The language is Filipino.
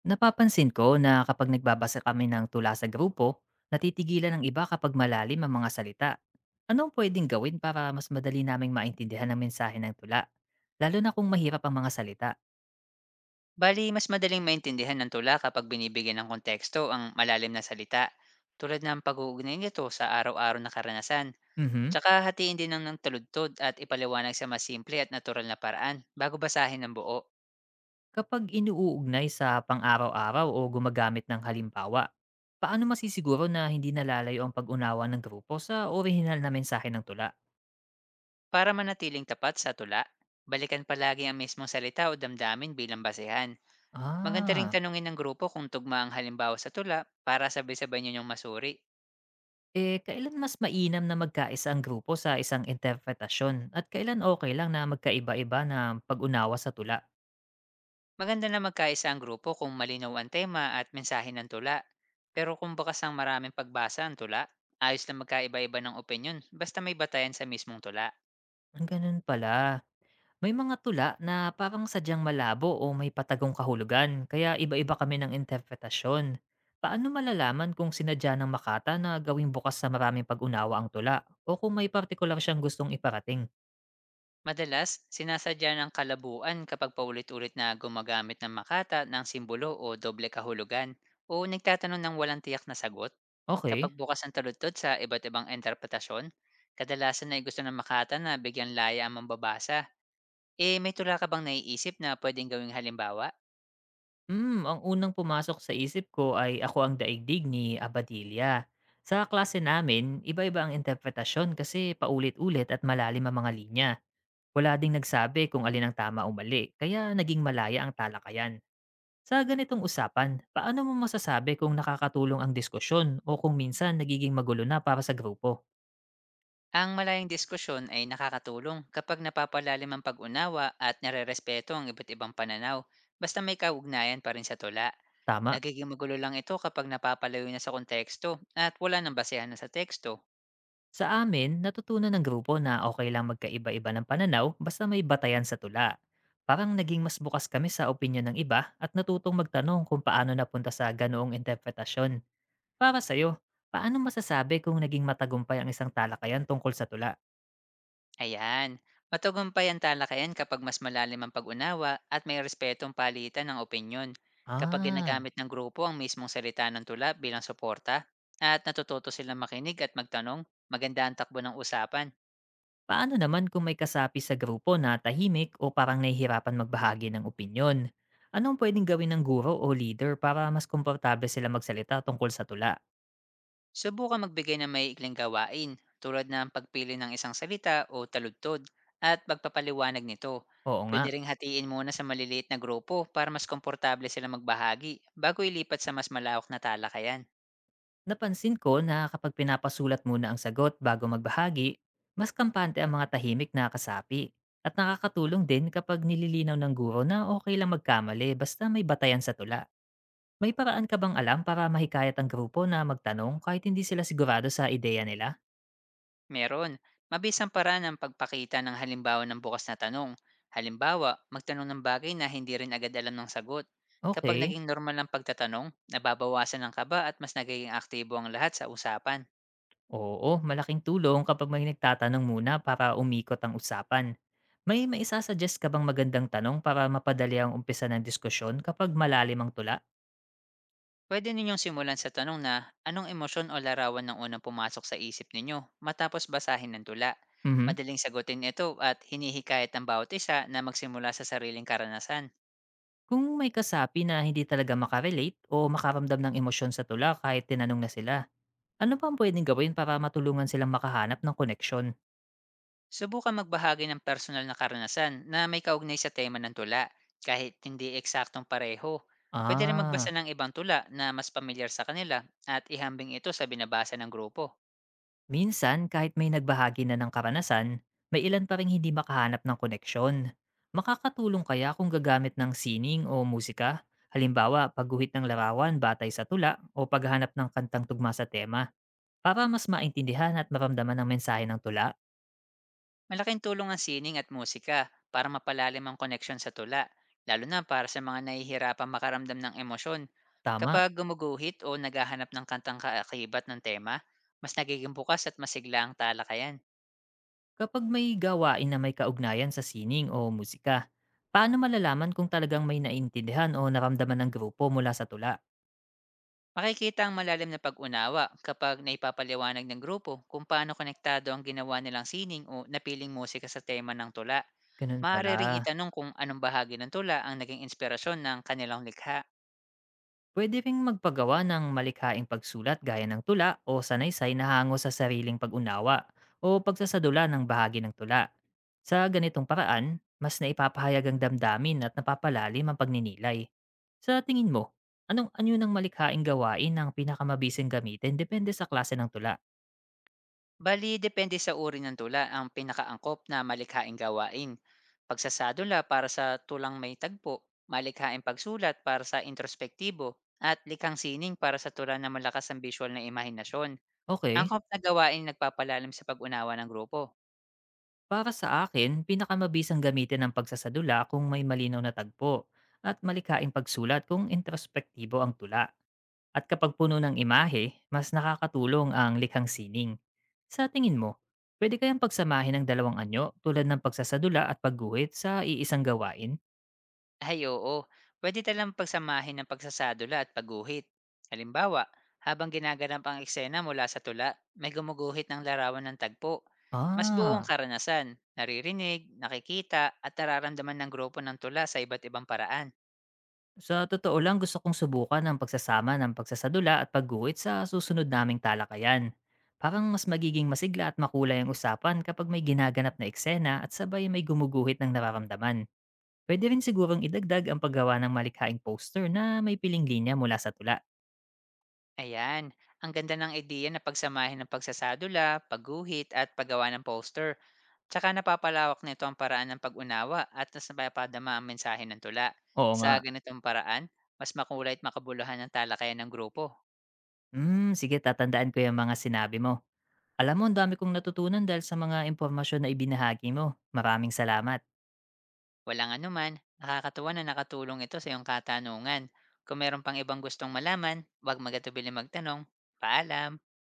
Napapansin ko na kapag nagbabasa kami ng tula sa grupo, natitigilan ng iba kapag malalim ang mga salita. Anong pwedeng gawin para mas madali naming maintindihan ang mensahe ng tula? Lalo na kung mahirap ang mga salita. Bali, mas madaling maintindihan ng tula kapag binibigyan ng konteksto ang malalim na salita, tulad ng pag-uugnay nito sa araw-araw na karanasan. Mhm. Tsaka hatiin din ng taludtod at ipaliwanag sa mas masimple at natural na paraan bago basahin ng buo Kapag inuugnay sa pang-araw-araw o gumagamit ng halimbawa, paano masisiguro na hindi nalalayo ang pag-unawa ng grupo sa orihinal na mensahe ng tula? para manatiling tapat sa tula. Balikan palagi ang mismong salita o damdamin bilang basehan. Maganda ring Ah. tanungin ng grupo kung tugma ang halimbawa sa tula para sabay-sabay ninyong masuri. Eh, kailan mas mainam na magkaisa ang grupo sa isang interpretasyon? At kailan okay lang na magkaiba-iba na pag-unawa sa tula? Maganda na magkaisa ang grupo kung malinaw ang tema at mensahe ng tula. Pero kung bakas ang maraming pagbasa ang tula, ayos na magkaiba-iba ng opinyon basta may batayan sa mismong tula. Ang ganun pala. May mga tula na parang sadyang malabo o may patagong kahulugan, kaya iba-iba kami ng interpretasyon. Paano malalaman kung sinadya ng Makata na gawing bukas sa maraming pag-unawa ang tula? O kung may partikular siyang gustong iparating? Madalas, sinasadya ng kalabuan kapag paulit-ulit na gumagamit ng makata ng simbolo o doble kahulugan o nagtatanong ng walang tiyak na sagot. Kapag Okay. bukas ang taludtod sa iba't ibang interpretasyon, kadalasan na gusto ng makata na bigyan laya ang mambabasa. Eh, may tula ka bang naiisip na pwedeng gawing halimbawa? Hmm, ang unang pumasok sa isip ko ay Ako Ang Daigdig ni Abadilla. Sa klase namin, iba-iba ang interpretasyon kasi paulit-ulit at malalim ang mga linya. Wala ding nagsabi kung alin ang tama o mali, kaya naging malaya ang talakayan. Sa ganitong usapan, paano mo masasabi kung nakakatulong ang diskusyon o kung minsan nagiging magulo na para sa grupo? Ang malayang diskusyon ay nakakatulong kapag napapalalim ang pag-unawa at nare-respeto ang iba't ibang pananaw, basta may kaugnayan pa rin sa tula. Tama? Nagiging magulo lang ito kapag napapalayo na sa konteksto at wala nang basehan na sa teksto. Sa amin, natutunan ng grupo na okay lang magkaiba-iba ng pananaw basta may batayan sa tula. Parang naging mas bukas kami sa opinyon ng iba at natutong magtanong kung paano napunta sa ganoong interpretasyon. Para sa'yo, paano masasabi kung naging matagumpay ang isang talakayan tungkol sa tula? Ayan, matagumpay ang talakayan kapag mas malalim ang pag-unawa at may respetong palitan ng opinyon. Kapag Ah, ginagamit ng grupo ang mismong salita ng tula bilang suporta at natututo silang makinig at magtanong, maganda ang takbo ng usapan. paano naman kung may kasapi sa grupo na tahimik o parang nahihirapan magbahagi ng opinyon? Anong pwedeng gawin ng guro o leader para mas komportable sila magsalita tungkol sa tula? Subukang magbigay ng maiikling gawain tulad ng pagpili ng isang salita o taludtod at pagpapaliwanag nito. Oo nga. Pwede ring hatiin muna sa maliliit na grupo para mas komportable sila magbahagi bago ilipat sa mas malawak na talakayan. Napansin ko na kapag pinapasulat muna ang sagot bago magbahagi, mas kampante ang mga tahimik na kasapi. At nakakatulong din kapag nililinaw ng guro na okay lang magkamali basta may batayan sa tula. May paraan ka bang alam para mahikayat ang grupo na magtanong kahit hindi sila sigurado sa ideya nila? Meron, mabisang paraan ng pagpakita ng halimbawa ng bukas na tanong. Halimbawa, magtanong ng bagay na hindi rin agad alam ng sagot. Kapag Okay. naging normal ang pagtatanong, nababawasan ang kaba at mas nagiging aktibo ang lahat sa usapan. Oo, malaking tulong kapag may nagtatanong muna para umikot ang usapan. May maisasuggest ka bang magandang tanong para mapadali ang umpisa ng diskusyon kapag malalim ang tula? Pwede ninyong simulan sa tanong na anong emosyon o larawan ng unang pumasok sa isip ninyo matapos basahin ng tula. Mhm. Madaling sagutin ito at hinihikayat ang bawat isa na magsimula sa sariling karanasan. Kung may kasapi na hindi talaga makarelate o makaramdam ng emosyon sa tula kahit tinanong na sila, ano pa ang pwedeng gawin para matulungan silang makahanap ng koneksyon? Subukan magbahagi ng personal na karanasan na may kaugnay sa tema ng tula kahit hindi eksaktong pareho. Pwede rin magbasa Ah, ng ibang tula na mas pamilyar sa kanila at ihambing ito sa binabasa ng grupo. minsan kahit may nagbahagi na ng karanasan, may ilan pa rin hindi makahanap ng koneksyon. Makakatulong kaya kung gagamit ng sining o musika? Halimbawa, pagguhit ng larawan batay sa tula o paghanap ng kantang tugma sa tema para mas maintindihan at maramdaman ang mensahe ng tula? Malaking tulong ang sining at musika para mapalalim ang koneksyon sa tula, lalo na para sa mga nahihirapang makaramdam ng emosyon. Tama. Kapag gumuguhit o naghahanap ng kantang kaakibat ng tema, mas nagiging bukas at masigla ang talakayan. Kapag may gawain na may kaugnayan sa sining o musika, paano malalaman kung talagang may naintindihan o naramdaman ng grupo mula sa tula? Makikita ang malalim na pag-unawa kapag naipapaliwanag ng grupo kung paano konektado ang ginawa nilang sining o napiling musika sa tema ng tula. Ganun pala. Maaari ring itanong kung anong bahagi ng tula ang naging inspirasyon ng kanilang likha. Pwede ring magpagawa ng malikhaing pagsulat gaya ng tula o sanaysay na hango sa sariling pag-unawa o pagsasadula ng bahagi ng tula. Sa ganitong paraan, mas naipapahayag ang damdamin at napapalalim ang pagninilay. Sa tingin mo, anong anyo ng malikhaing gawain ang pinakamabising gamitin depende sa klase ng tula? Bali, depende sa uri ng tula ang pinakaangkop na malikhaing gawain. Pagsasadula para sa tulang may tagpo, malikhaing pagsulat para sa introspektibo, at likhang sining para sa tula na malakas ang visual na imahinasyon. Okay. Angkop na gawain nagpapalalim sa pag-unawa ng grupo. Para sa akin, pinakamabisang gamitin ang pagsasadula kung may malinaw na tagpo at malikaing pagsulat kung introspektibo ang tula. At kapag puno ng imahe, mas nakakatulong ang likhang sining. Sa tingin mo, pwede kayang pagsamahin ng dalawang anyo tulad ng pagsasadula at pagguhit sa iisang gawain? Ay oo, pwede talang pagsamahin ng pagsasadula at pagguhit. Halimbawa, habang ginaganap ang eksena mula sa tula, may gumuguhit ng larawan ng tagpo. Mas buong Ah, karanasan, naririnig, nakikita at nararamdaman ng grupo ng tula sa iba't ibang paraan. sa totoo lang, gusto kong subukan ang pagsasama ng pagsasadula at pagguhit sa susunod naming talakayan. Parang mas magiging masigla at makulay ang usapan kapag may ginaganap na eksena at sabay may gumuguhit ng nararamdaman. Pwede rin sigurong idagdag ang paggawa ng malikhaing poster na may piling linya mula sa tula. Ayan, ang ganda ng ideya na pagsamahin ng pagsasadula, pagguhit at paggawa ng poster. Tsaka napapalawak nito ang paraan ng pag-unawa at mas napapadama ang mensahe ng tula. Oo Sa nga. ganitong paraan, mas makulay at makabuluhan ang talakayan ng grupo. Hmm, sige tatandaan ko yung mga sinabi mo. Alam mo, ang dami kong natutunan dahil sa mga impormasyon na ibinahagi mo. Maraming salamat. Walang anuman, nakakatuwa na nakatulong ito sa iyong katanungan. Kung meron pang ibang gustong malaman, huwag magatubili magtanong. Paalam!